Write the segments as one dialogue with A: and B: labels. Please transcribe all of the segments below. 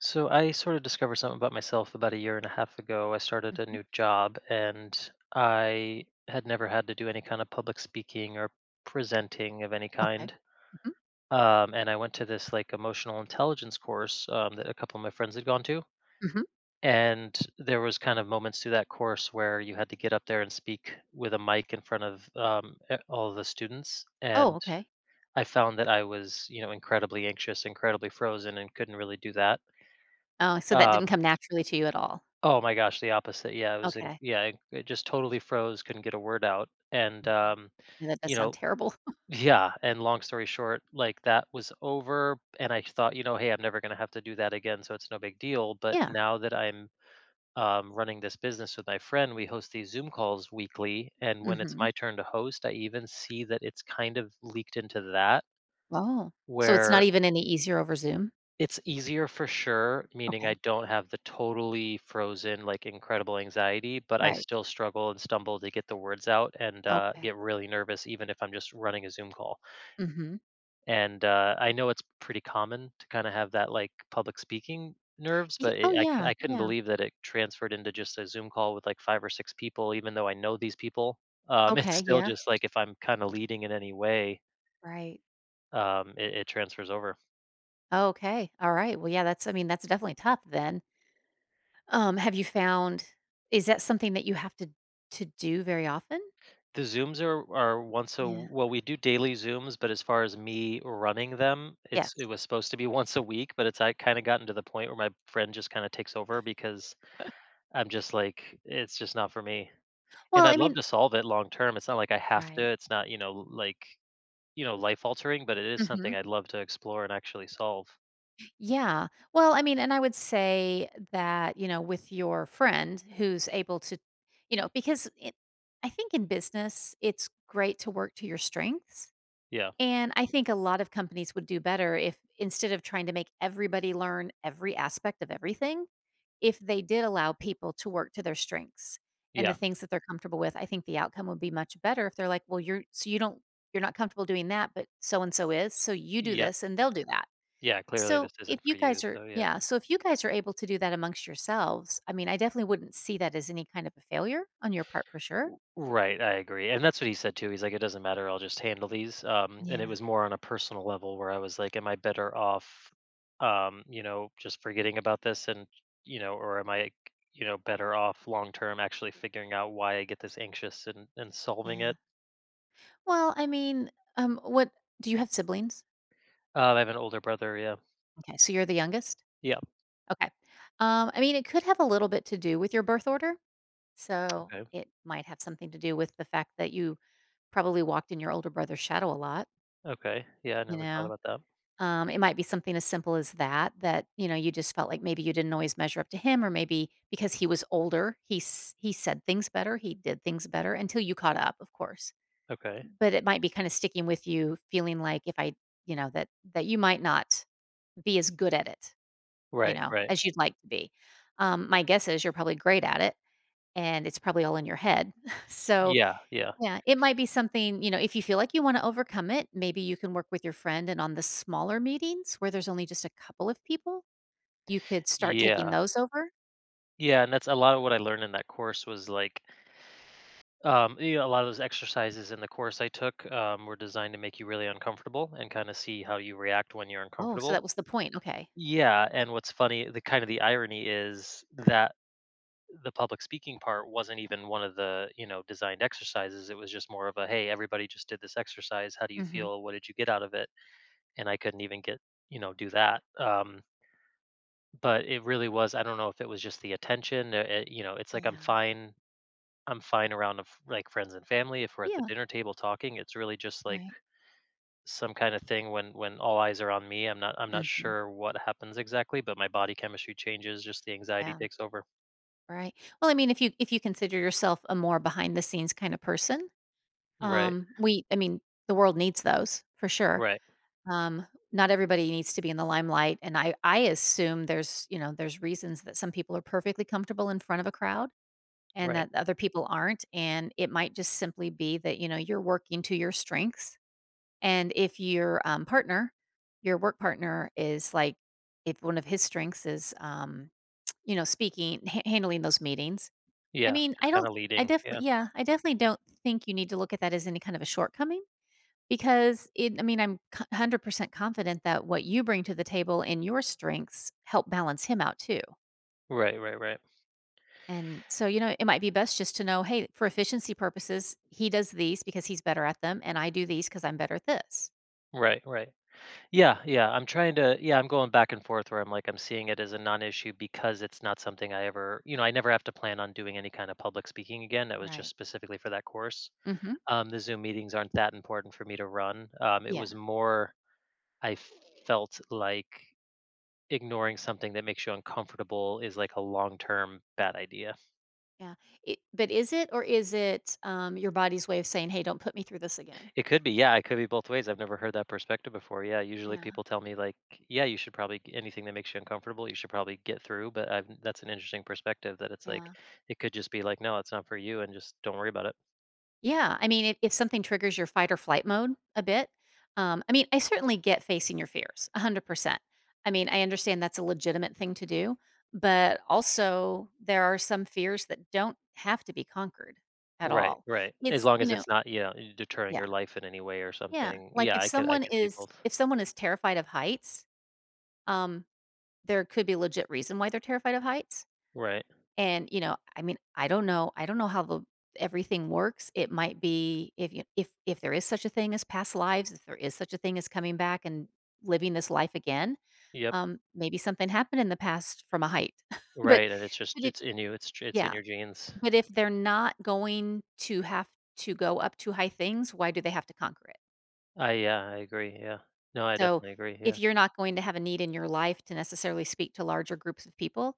A: So I sort of discovered something about myself about a year and a half ago. I started a
B: Mhm.
A: new job and I had never had to do any kind of public speaking or presenting of any
B: Okay.
A: kind.
B: Mhm.
A: And I went to this like emotional intelligence course that a couple of my friends had gone to.
B: Mhm.
A: And there was kind of moments through that course where you had to get up there and speak with a mic in front of all the students.
B: Oh,
A: And
B: okay.
A: I found that I was, incredibly anxious, incredibly frozen, and couldn't really do that.
B: Oh, so that didn't
A: Um,
B: come naturally to you at all.
A: Oh my gosh, the opposite. Yeah, it was in
B: Okay.
A: yeah, it just totally froze, couldn't get a word out.
B: Mhm. Yeah, that does
A: You
B: sound
A: know,
B: terrible.
A: yeah, and long story short, like that was over and I thought, you know, hey, I'm never going to have to do that again, so it's no big deal, but
B: Yeah.
A: now that I'm running this business with my friend, we host these Zoom calls weekly, and when it's
B: Mhm.
A: my turn to host, I even see that it's kind of leaked into that
B: Oh. So it's not
A: where.
B: even any easier over Zoom?
A: It's easier for sure, meaning I
B: Okay.
A: don't have the totally frozen, like, incredible anxiety, but I
B: Right.
A: still struggle and stumble to get the words out and,
B: Okay.
A: get really nervous even if I'm just running a Zoom call,
B: Mhm.
A: and, I know it's pretty common to kinda have that, like, public speaking nerves,
B: Ye
A: but
B: Oh,
A: it I c
B: yeah.
A: I couldn't
B: Yeah.
A: believe that it transferred into just a Zoom call with, like, 5 or 6 people even though I know these people, it's
B: Okay.
A: still
B: Yeah.
A: just, like, if I'm kinda leading in any way,
B: Right.
A: it transfers over.
B: Okay. All right. Well, yeah, that's definitely tough then. Have you found is that something that you have to do very often?
A: The Zooms are once a
B: Yeah.
A: well, we do daily Zooms, but as far as me running them, it
B: Yes.
A: was supposed to be once a week, but it's I kinda gotten to the point where my friend just kinda takes over because I'm just like, it's just not for me. And
B: Well,
A: I'd
B: I
A: love
B: mean.
A: to solve it long term. It's not like I have to,
B: Right.
A: it's not, you know, life altering, but it is something
B: Mhm.
A: I'd love to explore and actually solve.
B: Yeah. Well, I mean, and I would say that, you know, with your friend who's able to, you know, because it, I think in business, it's great to work to your strengths.
A: Yeah.
B: And I think a lot of companies would do better if instead of trying to make everybody learn every aspect of everything, if they did allow people to work to their strengths and the
A: Yeah.
B: things that they're comfortable with, I think the outcome would be much better if they're like, well, you're, so you don't, you're not comfortable doing that, but so and so is. So you do
A: Yep.
B: this and they'll do that
A: Yeah, clearly
B: so
A: this isn't
B: if
A: for
B: you
A: you,
B: guys are
A: so yeah.
B: yeah, so if you guys are able to do that amongst yourselves, I mean, I definitely wouldn't see that as any kind of a failure on your part for sure.
A: Right, I agree. And that's what he said too. He's like, it doesn't matter, I'll just handle these. And it
B: Yeah,
A: was more on a personal level where I was like, am I better off, just forgetting about this and, you know, or am I, you know, better off long term actually figuring out why I get this anxious and solving it?
B: yeah. Well, I mean, what do you have siblings?
A: I have an older brother. Yeah.
B: Okay, so you're the youngest?
A: Yeah.
B: Okay. I mean, it could have a little bit to do with your birth order. So
A: Okay.
B: it might have something to do with the fact that you probably walked in your older brother's shadow a lot,
A: Okay. Yeah. I
B: you
A: never thought
B: know?
A: about that.
B: It might be something as simple as that, that, you know, you just felt like maybe you didn't always measure up to him, or maybe because he was older, he said things better, he did things better until you caught up, of course.
A: Okay.
B: But it might be kind of sticking with you, feeling like if I, you know, that you might not be as good at it, you
A: Right.
B: know,
A: Right.
B: as you'd like to be. My guess is you're probably great at it, and it's probably all in your head. So
A: Yeah. Yeah.
B: yeah, it might be something, you know, if you feel like you want to overcome it, maybe you can work with your friend and on the smaller meetings where there's only just a couple of people, you could start taking
A: Yeah.
B: those over.
A: Yeah. And that's a lot of what I learned in that course was like, you know, a lot of those exercises in the course I took were designed to make you really uncomfortable and kind of see how you react when you're
B: Oh, so
A: uncomfortable.
B: that was the point. Okay.
A: Yeah, and what's funny, the kind of the irony is that the public speaking part wasn't even one of the you know designed exercises. It was just more of a hey, everybody just did this exercise. How do you
B: Hmm.
A: feel? What did you get out of it? And I couldn't even get you know do that. But it really was. I don't know if it was just the attention. You know, it's like I'm
B: Yeah.
A: fine I'm fine around of like friends and family. If we're at the
B: Yeah.
A: dinner table talking, it's really just like
B: Right.
A: some kind of thing when all eyes are on me. I'm not
B: Hmm.
A: sure what happens exactly, but my body chemistry changes. Just the anxiety
B: Yeah.
A: takes over.
B: Right. Well, I mean, if you consider yourself a more behind the scenes kind of person,
A: Right.
B: I mean, the world needs those for sure.
A: Right.
B: Um, Not everybody needs to be in the limelight, and I assume there's you know there's reasons that some people are perfectly comfortable in front of a crowd and
A: Right.
B: that other people aren't. And it might just simply be that, you know, you're working to your strengths. And if your partner, your work partner is like, if one of his strengths is, you know, speaking, handling those meetings, I
A: Yeah.
B: mean,
A: Just
B: I
A: kind
B: don't,
A: of
B: I
A: leading. Yeah.
B: definitely, yeah, I definitely don't think you need to look at that as any kind of a shortcoming because it, I mean, 100% confident that what you bring to the table and your strengths help balance him out too.
A: Right. Right. Right.
B: And so, you know, it might be best just to know, hey, for efficiency purposes, he does these because he's better at them, and I do these because I'm better at this.
A: Right. Right. Yeah. Yeah. I'm trying to. Yeah. I'm going back and forth where I'm like I'm seeing it as a non-issue because it's not something I ever. You know, I never have to plan on doing any kind of public speaking again. That was just
B: Right.
A: specifically for that course.
B: Hmm.
A: The Zoom meetings aren't that important for me to run. It
B: Yeah.
A: was more I felt like ignoring something that makes you uncomfortable is like a long-term bad idea.
B: Yeah. But is it or is it your body's way of saying, hey, don't put me through this again?
A: It could be, yeah, it could be both ways. I've never heard that perspective before. Yeah, usually
B: Yeah.
A: people tell me like, yeah, you should anything that makes you uncomfortable, you should probably get through, but that's an interesting perspective that it's
B: Yeah.
A: like it could just be like, no, it's not for you and just don't worry about it.
B: Yeah, I mean, if something triggers your fight or flight mode a bit, I mean, I certainly get facing your fears, 100%. I mean, I understand that's a legitimate thing to do, but also there are some fears that don't have to be conquered at
A: Right,
B: all.
A: right. As
B: It's,
A: long
B: you
A: as
B: know
A: it's not, you know, deterring
B: yeah,
A: your life in any way or
B: yeah,
A: something.
B: like,
A: Yeah, I could see both.
B: if someone is terrified of heights, um, there could be legit reason why they're terrified of heights.
A: Right.
B: And, you know, I mean, I don't know how the everything works. It might be if you if there is such a thing as past lives, if there is such a thing as coming back and living this life again,
A: Yep.
B: maybe something happened in the past from a height. But
A: Right, and it's just
B: but it
A: it's in
B: yeah.
A: your genes.
B: But if they're not going to have to go up to high things, why do they have to conquer it?
A: I Yeah, I agree, yeah. No, I
B: So,
A: definitely agree,
B: if
A: yeah.
B: you're not going to have a need in your life to necessarily speak to larger groups of people,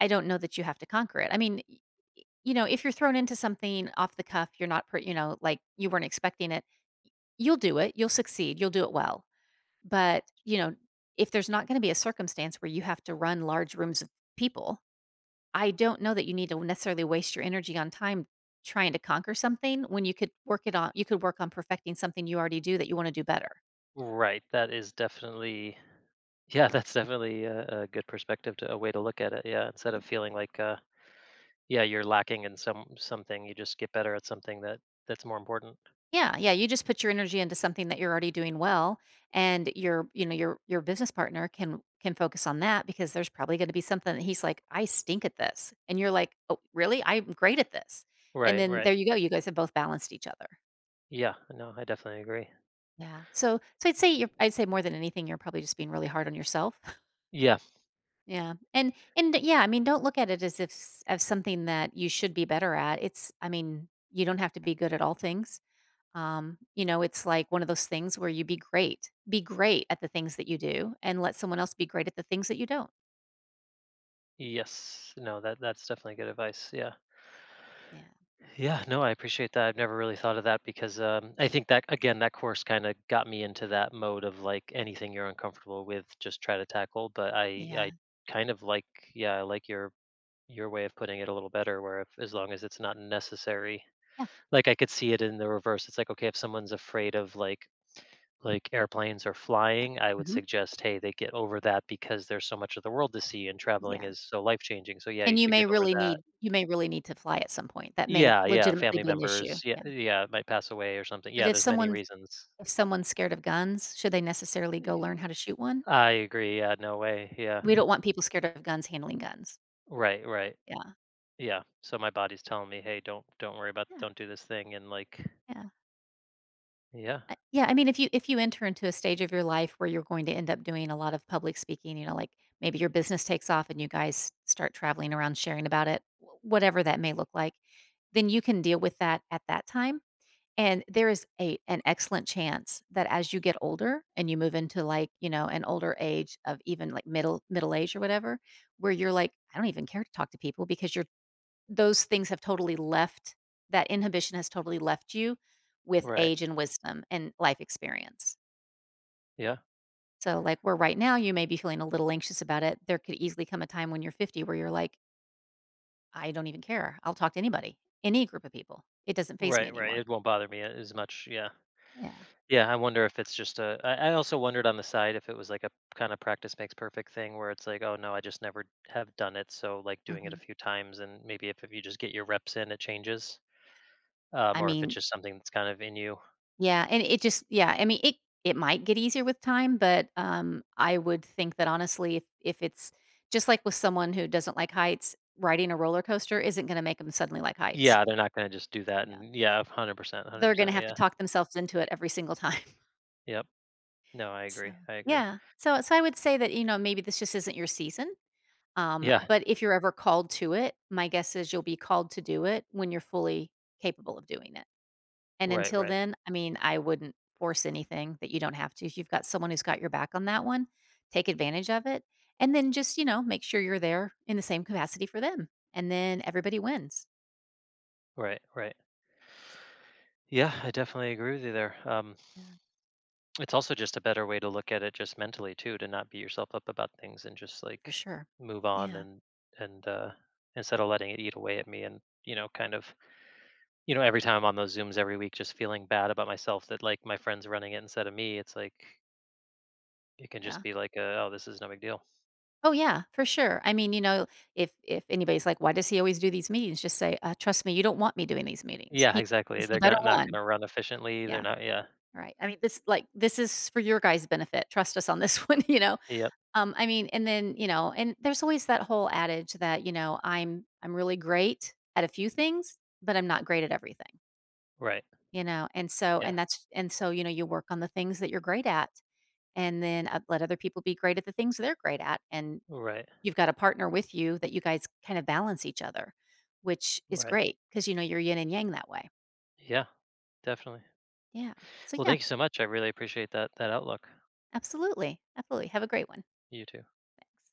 B: I don't know that you have to conquer it. I mean, y y you know, if you're thrown into something off the cuff, you're not pre you know, like, you weren't expecting it, you'll do it, you'll succeed, you'll do it well. But, you know, if there's not gonna be a circumstance where you have to run large rooms of people, I don't know that you need to necessarily waste your energy on time trying to conquer something when you could work on perfecting something you already do that you wanna do better.
A: Right, that is definitely yeah, that's definitely a good perspective to a way to look at it, yeah, instead of feeling like yeah, you're lacking in something, you just get better at something that's more important.
B: Yeah, yeah, you just put your energy into something that you're already doing well and you know, your business partner can focus on that because there's probably going to be something that he's like, "I stink at this." And you're like, "Oh, really? I'm great at this." And
A: Right,
B: then
A: right.
B: there you go, you guys have both balanced each other.
A: Yeah, no, I definitely agree.
B: Yeah. So so I'd say you're I'd say more than anything you're probably just being really hard on yourself.
A: Yeah.
B: Yeah. And yeah, I mean, don't look at it as if s- as something that you should be better at. It's I mean, you don't have to be good at all things. You know, it's like one of those things where you be great. Be great at the things that you do and let someone else be great at the things that you don't.
A: Yes. No, that's definitely good advice. Yeah.
B: Yeah.
A: Yeah, no, I appreciate that. I've never really thought of that because I think that again, that course kind of got me into that mode of like anything you're uncomfortable with, just try to tackle. But I
B: Yeah.
A: kind of like, Yeah, I like your way of putting it a little better. Where if, as long as it's not necessary,
B: Yeah.
A: like I could see it in the reverse. It's like okay, if someone's afraid of like airplanes or
B: Yeah.
A: flying, I would
B: Mhm.
A: suggest hey, they get over that because there's so much of the world to see and traveling
B: Yeah.
A: is so life changing. So yeah, you
B: And
A: should get over that.
B: you may really need to fly at some point. That may
A: Yeah, yeah,
B: legitimately
A: family
B: be an issue.
A: members, yeah
B: Yeah.
A: yeah, might pass away or something.
B: But
A: Yeah, there's many reasons.
B: if someone's scared of guns, should they necessarily go learn how
A: Y
B: to shoot one?
A: I agree, yeah, no way, yeah.
B: We don't want people scared of guns handling guns.
A: Right, right,
B: Yeah.
A: yeah, so my body's telling me, "Hey, don't worry about,
B: Yeah.
A: don't do this thing," and, like
B: Yeah.
A: yeah,
B: I Yeah, I mean, if you enter into a stage of your life where you're going to end up doing a lot of public speaking, you know, like, maybe your business takes off and you guys start traveling around sharing about it, w whatever that may look like, then you can deal with that at that time, and there is a an excellent chance that as you get older and you move into, like, you know, an older age of even, like, middle age or whatever, where you're like, "I don't even care to talk to people because you're those things have totally left that inhibition has totally left you with
A: right,
B: age and wisdom and life experience."
A: yeah,
B: So, like, where right now you may be feeling a little anxious about it, there could easily come a time when you're 50 where you're like, "I don't even care. I'll talk to anybody, any group of people. It doesn't phase me
A: right, right,
B: anymore."
A: it won't bother me a as much, yeah.
B: Yeah.
A: Yeah, I wonder if it's just a I also wondered on the side if it was, like, a kinda practice makes perfect thing where it's like, "Oh, no, I just never have done it," so, like, doing it a
B: Mhm.
A: few times and maybe if you just get your reps in, it changes. Um,
B: I
A: or if it's
B: mean
A: just something that's kind of in you.
B: yeah, I mean, it might get easier with time, but, I would think that honestly, if it's just like with someone who doesn't like heights, riding a roller coaster isn't gonna make them suddenly like heights.
A: Yeah, they're not going to just do that.
B: Yeah.
A: And yeah, 100%,
B: They're gonna
A: 100%.
B: have to
A: Yeah.
B: talk themselves into it every single time.
A: Yep. No, I
B: So,
A: agree. I agree.
B: yeah. So so I would say that, you know, maybe this just isn't your season,
A: Yeah.
B: but if you're ever called to it, my guess is you'll be called to do it when you're fully capable of doing it. And
A: Right,
B: until
A: right.
B: then, I mean, I wouldn't force anything that you don't have to. If you've got someone who's got your back on that one, take advantage of it, and then just, you know, make sure you're there in the same capacity for them, and then everybody wins.
A: Right, right. Yeah, I definitely agree with you there.
B: Yeah,
A: It's also just a better way to look at it just mentally too, to not beat yourself up about things and just
B: for
A: like
B: sure.
A: move on
B: Yeah,
A: and and uh instead of letting it eat away at me and you know kind of you know every time I'm on those zooms every week just feeling bad about myself that like my friends running it instead of me it's like it can just
B: yeah.
A: be like oh this is no big deal.
B: Oh, yeah, for sure. I mean, you know, if anybody's like, "Why does he always do these meetings?" Just say, "Trust me, you don't want me doing these meetings.
A: Yeah, exactly.
B: He's the
A: They're
B: better
A: not Not
B: one."
A: gonna run efficiently.
B: Yeah,
A: They're not Yeah.
B: right. I mean, this is for your guys' benefit. Trust us on this one, you know.
A: Yep.
B: I mean, and then you know, and there's always that whole adage that you know, I'm really great at a few things, but I'm not great at everything,
A: Right.
B: you know.
A: Yeah.
B: And that's and so, you know, you work on the things that you're great at, and then let other people be great at the things they're great at, and
A: Right.
B: you've got a partner with you that you guys kind of balance each other, which is
A: Right.
B: great because you know, you're yin and yang that way.
A: Yeah. Definitely.
B: Yeah. So,
A: Well,
B: yeah,
A: thank you so much. I really appreciate that outlook.
B: absolutely, absolutely. Have a great one.
A: You too.
B: Thanks.